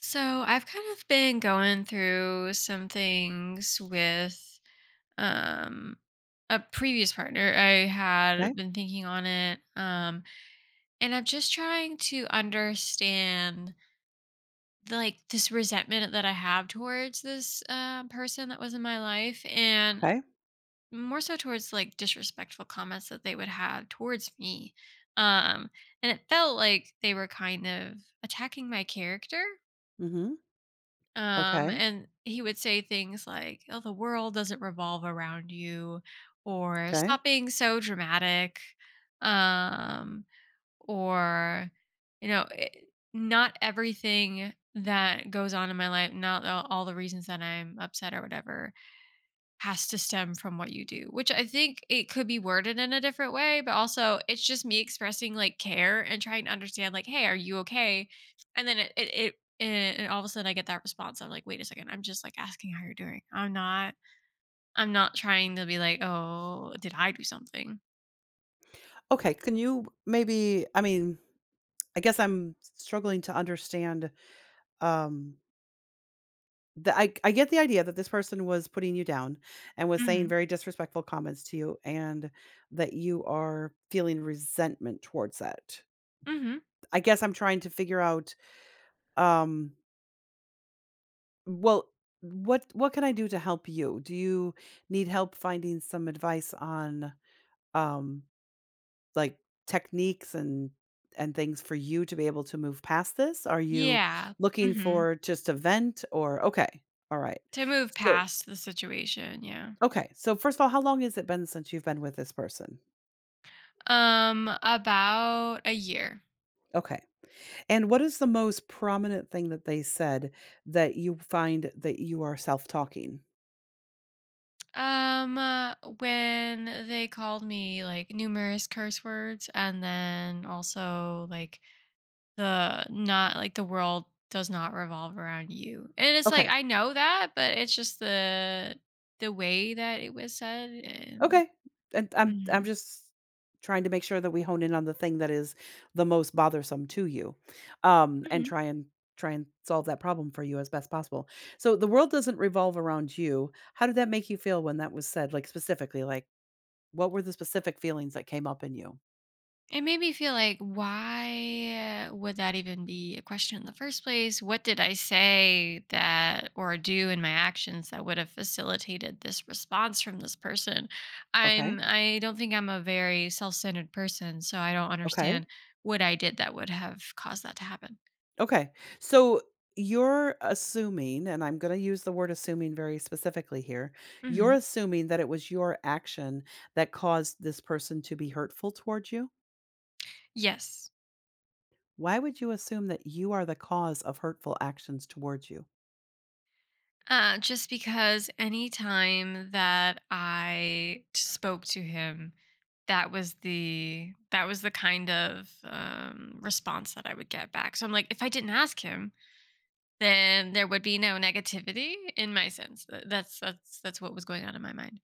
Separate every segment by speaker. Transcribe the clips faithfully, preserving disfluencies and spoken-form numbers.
Speaker 1: So I've kind of been going through some things with um a previous partner. I
Speaker 2: Okay,
Speaker 1: had been thinking on it. Um and I'm just trying to understand the, like this resentment that I have towards this uh, person that was in my life, and
Speaker 2: okay.
Speaker 1: more so towards like disrespectful comments that they would have towards me. Um and it felt like they were kind of attacking my character.
Speaker 2: Mhm.
Speaker 1: Um,
Speaker 2: Okay,
Speaker 1: and he would say things like, "Oh, the world doesn't revolve around you," or
Speaker 2: okay.
Speaker 1: "Stop being so dramatic," um, or you know, eh, not everything that goes on in my life, not all all the reasons that I'm upset or whatever has to stem from what you do, which I think it could be worded in a different way, but also it's just me expressing like care and trying to understand, like, hey, are you okay? And then it, it, it and and all of a sudden I get that response. I'm like, wait a second, I'm just like asking how you're doing. I'm not, I'm not trying to be like, oh, did I do something?
Speaker 2: Okay, can you maybe I mean, I guess I'm struggling to understand, um, the I I get the idea that this person was putting you down and was
Speaker 1: Mm
Speaker 2: saying
Speaker 1: hmm.
Speaker 2: very disrespectful comments to you and that you are feeling resentment towards that.
Speaker 1: Mm hmm.
Speaker 2: I guess I'm trying to figure out, um, well, what what can I do to help you? Do you need help finding some advice on, um like, techniques and and things for you to be able to move past this? Are you
Speaker 1: Yeah. Mm
Speaker 2: looking
Speaker 1: hmm.
Speaker 2: for just a vent, or okay, all right.
Speaker 1: To move
Speaker 2: So
Speaker 1: past the situation. Yeah.
Speaker 2: okay, so first of all, how long has it been since you've been with this person?
Speaker 1: Um, about a year.
Speaker 2: Okay. And what is the most prominent thing that they said that you find that you are self-talking?
Speaker 1: Um, uh, when they called me like numerous curse words, and then also like the not like the world does not revolve around you, and it's like
Speaker 2: Okay.
Speaker 1: I know that, but it's just the the way that it was said, and
Speaker 2: Okay. And I'm I'm just trying to make sure that we hone in on the thing that is the most bothersome to you, um, and
Speaker 1: hmm.
Speaker 2: try and try and solve that problem for you as best possible. So the world doesn't revolve around you. How did that make you feel when that was said? Like specifically, like what were the specific feelings that came up in you?
Speaker 1: It made me feel like, why uh, would that even be a question in the first place? What did I say that or do in my actions that would have facilitated this response from this person?
Speaker 2: Okay.
Speaker 1: I'm I don't think I'm a very self-centered person, so I don't
Speaker 2: Okay.
Speaker 1: understand what I did that would have caused that to happen.
Speaker 2: Okay. So you're assuming, and I'm going to use the word assuming very specifically here, you're
Speaker 1: Mhm.
Speaker 2: assuming that it was your action that caused this person to be hurtful towards you?
Speaker 1: Yes.
Speaker 2: Why would you assume that you are the cause of hurtful actions towards you?
Speaker 1: Uh, just because any time that I spoke to him, that was the that was the kind of um, response that I would get back. So I'm like, if I didn't ask him, then there would be no negativity in my sense. Th- That's that's that's what was going on in my mind.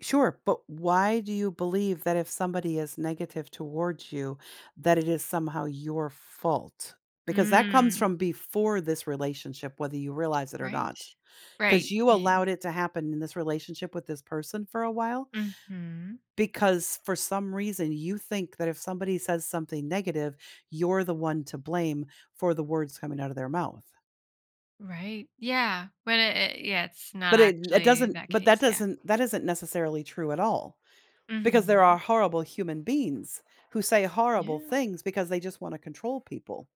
Speaker 2: Sure, but why do you believe that if somebody is negative towards you, that it is somehow your fault? Because that comes
Speaker 1: Mm,
Speaker 2: from before this relationship, whether you realize it or
Speaker 1: right.
Speaker 2: not. Because
Speaker 1: Right.
Speaker 2: you
Speaker 1: Yeah.
Speaker 2: allowed it to happen in this relationship with this person for a while.
Speaker 1: Yeah. Hmm.
Speaker 2: Because for some reason, you think that if somebody says something negative, you're the one to blame for the words coming out of their mouth.
Speaker 1: Right. Yeah. When it, it- yeah, it's not
Speaker 2: But it it
Speaker 1: actually
Speaker 2: doesn't
Speaker 1: that
Speaker 2: but that
Speaker 1: case. Yeah.
Speaker 2: doesn't that isn't necessarily true at all, because there are
Speaker 1: Hmm.
Speaker 2: horrible human beings who say horrible
Speaker 1: Yeah.
Speaker 2: things because they just wanna control people,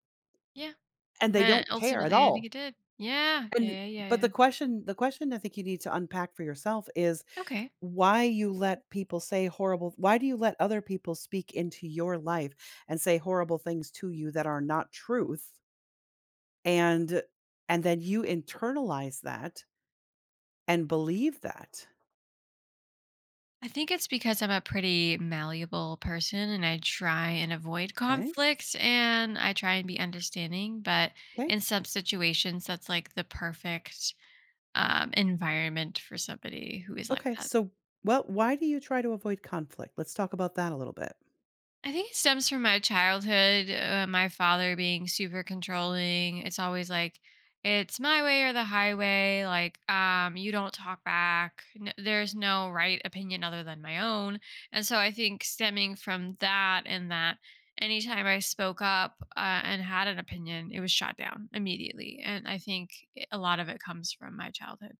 Speaker 1: Yeah.
Speaker 2: and they
Speaker 1: Uh,
Speaker 2: don't care at
Speaker 1: ultimately, I think
Speaker 2: all.
Speaker 1: it did. Yeah.
Speaker 2: And
Speaker 1: Yeah, yeah, yeah,
Speaker 2: but
Speaker 1: yeah.
Speaker 2: the question the question I think you need to unpack for yourself is
Speaker 1: Okay.
Speaker 2: why you let people say horrible why do you let other people speak into your life and say horrible things to you that are not truth, and and then you internalize that and believe that?
Speaker 1: I think it's because I'm a pretty malleable person, and I try and avoid
Speaker 2: Okay.
Speaker 1: conflicts and I try and be understanding, but
Speaker 2: Okay.
Speaker 1: in some situations that's like the perfect um, environment for somebody who is like
Speaker 2: Okay,
Speaker 1: that.
Speaker 2: so well, why do you try to avoid conflict? Let's talk about that a little bit.
Speaker 1: I think it stems from my childhood. Uh, my father being super controlling. It's always like, it's my way or the highway. Like, um, you don't talk back. N- there's no right opinion other than my own. And so I think stemming from that, and that, anytime I spoke up uh, and had an opinion, it was shot down immediately. And I think it- a lot of it comes from my childhood.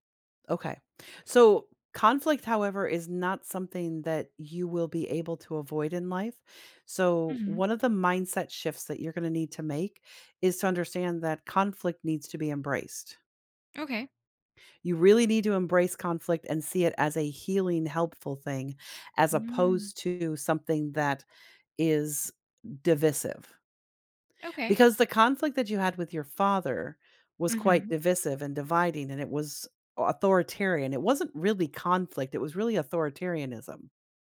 Speaker 2: Okay. So conflict, however, is not something that you will be able to avoid in life. So
Speaker 1: Hmm.
Speaker 2: one of the mindset shifts that you're going to need to make is to understand that conflict needs to be embraced.
Speaker 1: Okay.
Speaker 2: You really need to embrace conflict and see it as a healing, helpful thing, as
Speaker 1: Mm,
Speaker 2: opposed to something that is divisive.
Speaker 1: okay.
Speaker 2: Because the conflict that you had with your father was quite
Speaker 1: Hmm.
Speaker 2: divisive and dividing, and it was authoritarian. It wasn't really conflict, it was really authoritarianism.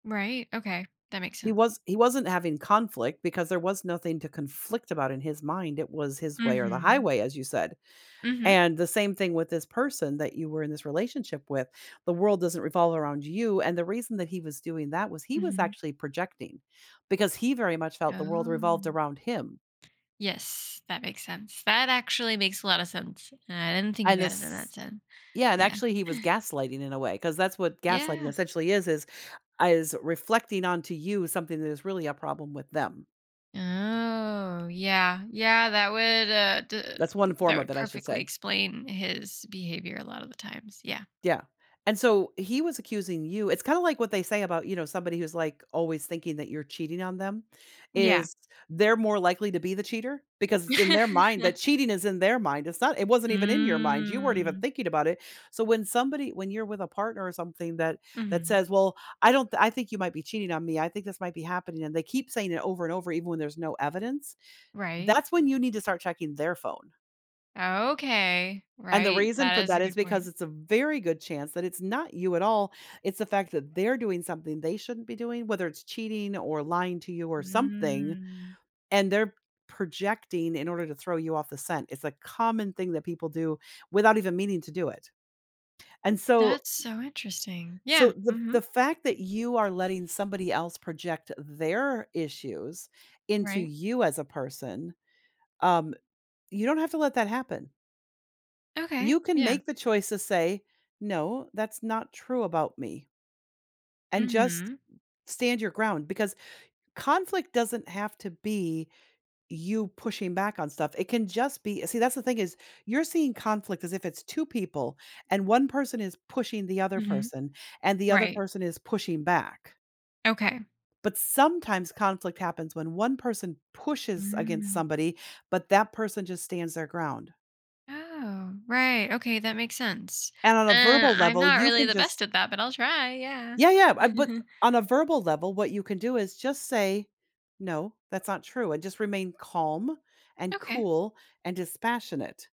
Speaker 1: Right. Okay. That makes
Speaker 2: He
Speaker 1: sense.
Speaker 2: was he wasn't having conflict because there was nothing to conflict about in his mind. It was his way or the
Speaker 1: Hmm.
Speaker 2: highway, as you said.
Speaker 1: Hmm.
Speaker 2: And the same thing with this person that you were in this relationship with. The world doesn't revolve around you. And the reason that he was doing that was he was
Speaker 1: Mhm.
Speaker 2: actually projecting because he very much felt the world revolved
Speaker 1: Oh.
Speaker 2: around him.
Speaker 1: Yes, that makes sense. That actually makes a lot of sense. I didn't think
Speaker 2: And
Speaker 1: about it in that
Speaker 2: as
Speaker 1: sense.
Speaker 2: Yeah, and
Speaker 1: Yeah.
Speaker 2: actually he was gaslighting in a way, because that's what gaslighting
Speaker 1: Yeah.
Speaker 2: essentially is, is is reflecting onto you something that is really a problem with them.
Speaker 1: Oh, yeah. Yeah, that would uh d-
Speaker 2: That's one form
Speaker 1: that
Speaker 2: of
Speaker 1: would
Speaker 2: it, I should
Speaker 1: perfectly
Speaker 2: say.
Speaker 1: explain his behavior a lot of the times. Yeah.
Speaker 2: Yeah. And so he was accusing you it's kinda like what they say about, you know, somebody who's, like, always thinking that you're cheating on them,
Speaker 1: Yeah.
Speaker 2: is they're more likely to be the cheater because it's in their mind that cheating is in their mind. It's not it wasn't even in your mind. You weren't even
Speaker 1: Mm.
Speaker 2: thinking about it. So when somebody when you're with a partner or something that that
Speaker 1: Hmm.
Speaker 2: says, "Well, I don't th- I think you might be cheating on me. I think this might be happening," and they keep saying it over and over even when there's no evidence,
Speaker 1: Right.
Speaker 2: that's when you need to start checking their phone.
Speaker 1: Okay.
Speaker 2: And the
Speaker 1: Right.
Speaker 2: reason for
Speaker 1: That is
Speaker 2: that
Speaker 1: a
Speaker 2: is
Speaker 1: good
Speaker 2: because
Speaker 1: point.
Speaker 2: it's a very good chance that it's not you at all. It's the fact that they're doing something they shouldn't be doing, whether it's cheating or lying to you or something,
Speaker 1: Mm.
Speaker 2: and they're projecting in order to throw you off the scent. It's a common thing that people do without even meaning to do it. And so
Speaker 1: That's so interesting.
Speaker 2: so
Speaker 1: Yeah.
Speaker 2: the
Speaker 1: Hmm.
Speaker 2: the fact that you are letting somebody else project their issues into
Speaker 1: Right.
Speaker 2: you as a person, um, you don't have to let that happen.
Speaker 1: Okay.
Speaker 2: You can
Speaker 1: Yeah.
Speaker 2: make the choice to say, "No, that's not true about me," and just
Speaker 1: Mhm.
Speaker 2: stand your ground because conflict doesn't have to be you pushing back on stuff. It can just be See, that's the thing is, you're seeing conflict as if it's two people and one person is pushing the other
Speaker 1: Mhm.
Speaker 2: person and the other
Speaker 1: Right.
Speaker 2: person is pushing back.
Speaker 1: Okay.
Speaker 2: But sometimes conflict happens when one person pushes against
Speaker 1: Mm.
Speaker 2: somebody, but that person just stands their ground.
Speaker 1: Oh, right. Okay, that makes sense.
Speaker 2: And on a
Speaker 1: And
Speaker 2: verbal
Speaker 1: I'm
Speaker 2: level,
Speaker 1: not
Speaker 2: you
Speaker 1: really
Speaker 2: can
Speaker 1: the best
Speaker 2: just—
Speaker 1: at that, but I'll try, yeah.
Speaker 2: yeah, yeah. I But on a verbal level, what you can do is just say, "No, that's not true," and just remain calm and
Speaker 1: Okay.
Speaker 2: cool and dispassionate.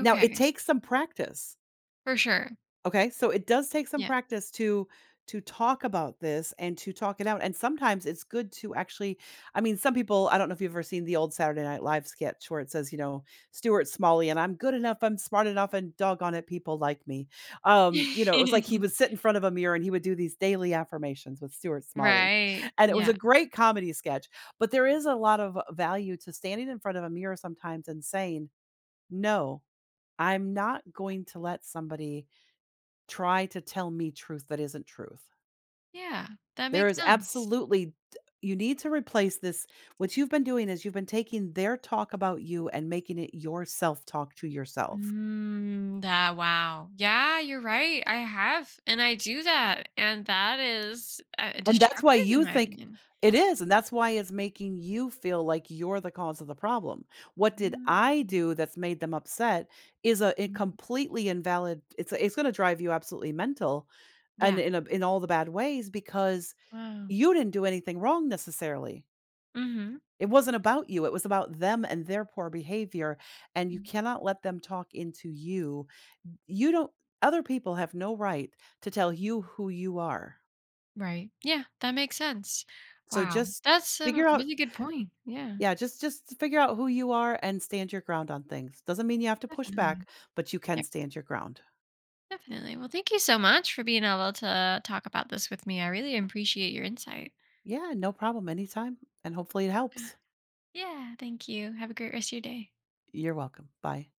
Speaker 2: Now it takes some practice.
Speaker 1: For sure.
Speaker 2: Okay, so it does take some
Speaker 1: Yeah.
Speaker 2: practice to to talk about this and to talk it out. And sometimes it's good to actually, I mean, some people, I don't know if you've ever seen the old Saturday Night Live sketch where it says, you know, Stuart Smalley, and I'm good enough, I'm smart enough, and doggone it, people like me. Um, you know, it was like he would sit in front of a mirror and he would do these daily affirmations with Stuart Smalley.
Speaker 1: Right.
Speaker 2: And it was a
Speaker 1: Yeah.
Speaker 2: great comedy sketch. But there is a lot of value to standing in front of a mirror sometimes and saying, no, I'm not going to let somebody try to tell me truth that isn't truth.
Speaker 1: Yeah. That
Speaker 2: There
Speaker 1: makes
Speaker 2: is
Speaker 1: sense.
Speaker 2: absolutely— you need to replace this— what you've been doing is you've been taking their talk about you and making it your self-talk to yourself.
Speaker 1: Mm, that wow. Yeah, you're right. I have, and I do that, and that is, uh,
Speaker 2: And that's why
Speaker 1: destructive in
Speaker 2: you
Speaker 1: my
Speaker 2: think
Speaker 1: opinion.
Speaker 2: it is, and that's why it's making you feel like you're the cause of the problem. What did I
Speaker 1: Mm.
Speaker 2: do that's made them upset is a a
Speaker 1: Mm.
Speaker 2: completely invalid— it's it's gonna drive you absolutely mental and
Speaker 1: Yeah.
Speaker 2: in a in all the bad ways, because
Speaker 1: Wow.
Speaker 2: you didn't do anything wrong necessarily.
Speaker 1: Mhm.
Speaker 2: It wasn't about you, it was about them and their poor behavior, and you cannot let them talk into you. You don't— other people have no right to tell you who you are.
Speaker 1: Right. Yeah, that makes sense.
Speaker 2: So
Speaker 1: Wow,
Speaker 2: just
Speaker 1: that's a
Speaker 2: figure out—
Speaker 1: really good point. Yeah,
Speaker 2: yeah, just just figure out who you are and stand your ground on things. Doesn't mean you have to push back,
Speaker 1: definitely.
Speaker 2: but you
Speaker 1: Yeah,
Speaker 2: can stand your ground.
Speaker 1: definitely. Well, thank you so much for being able to talk about this with me. I really appreciate your insight.
Speaker 2: Yeah, no problem, anytime, and hopefully it helps.
Speaker 1: Yeah, thank you. Have a great rest of your day.
Speaker 2: You're welcome. Bye.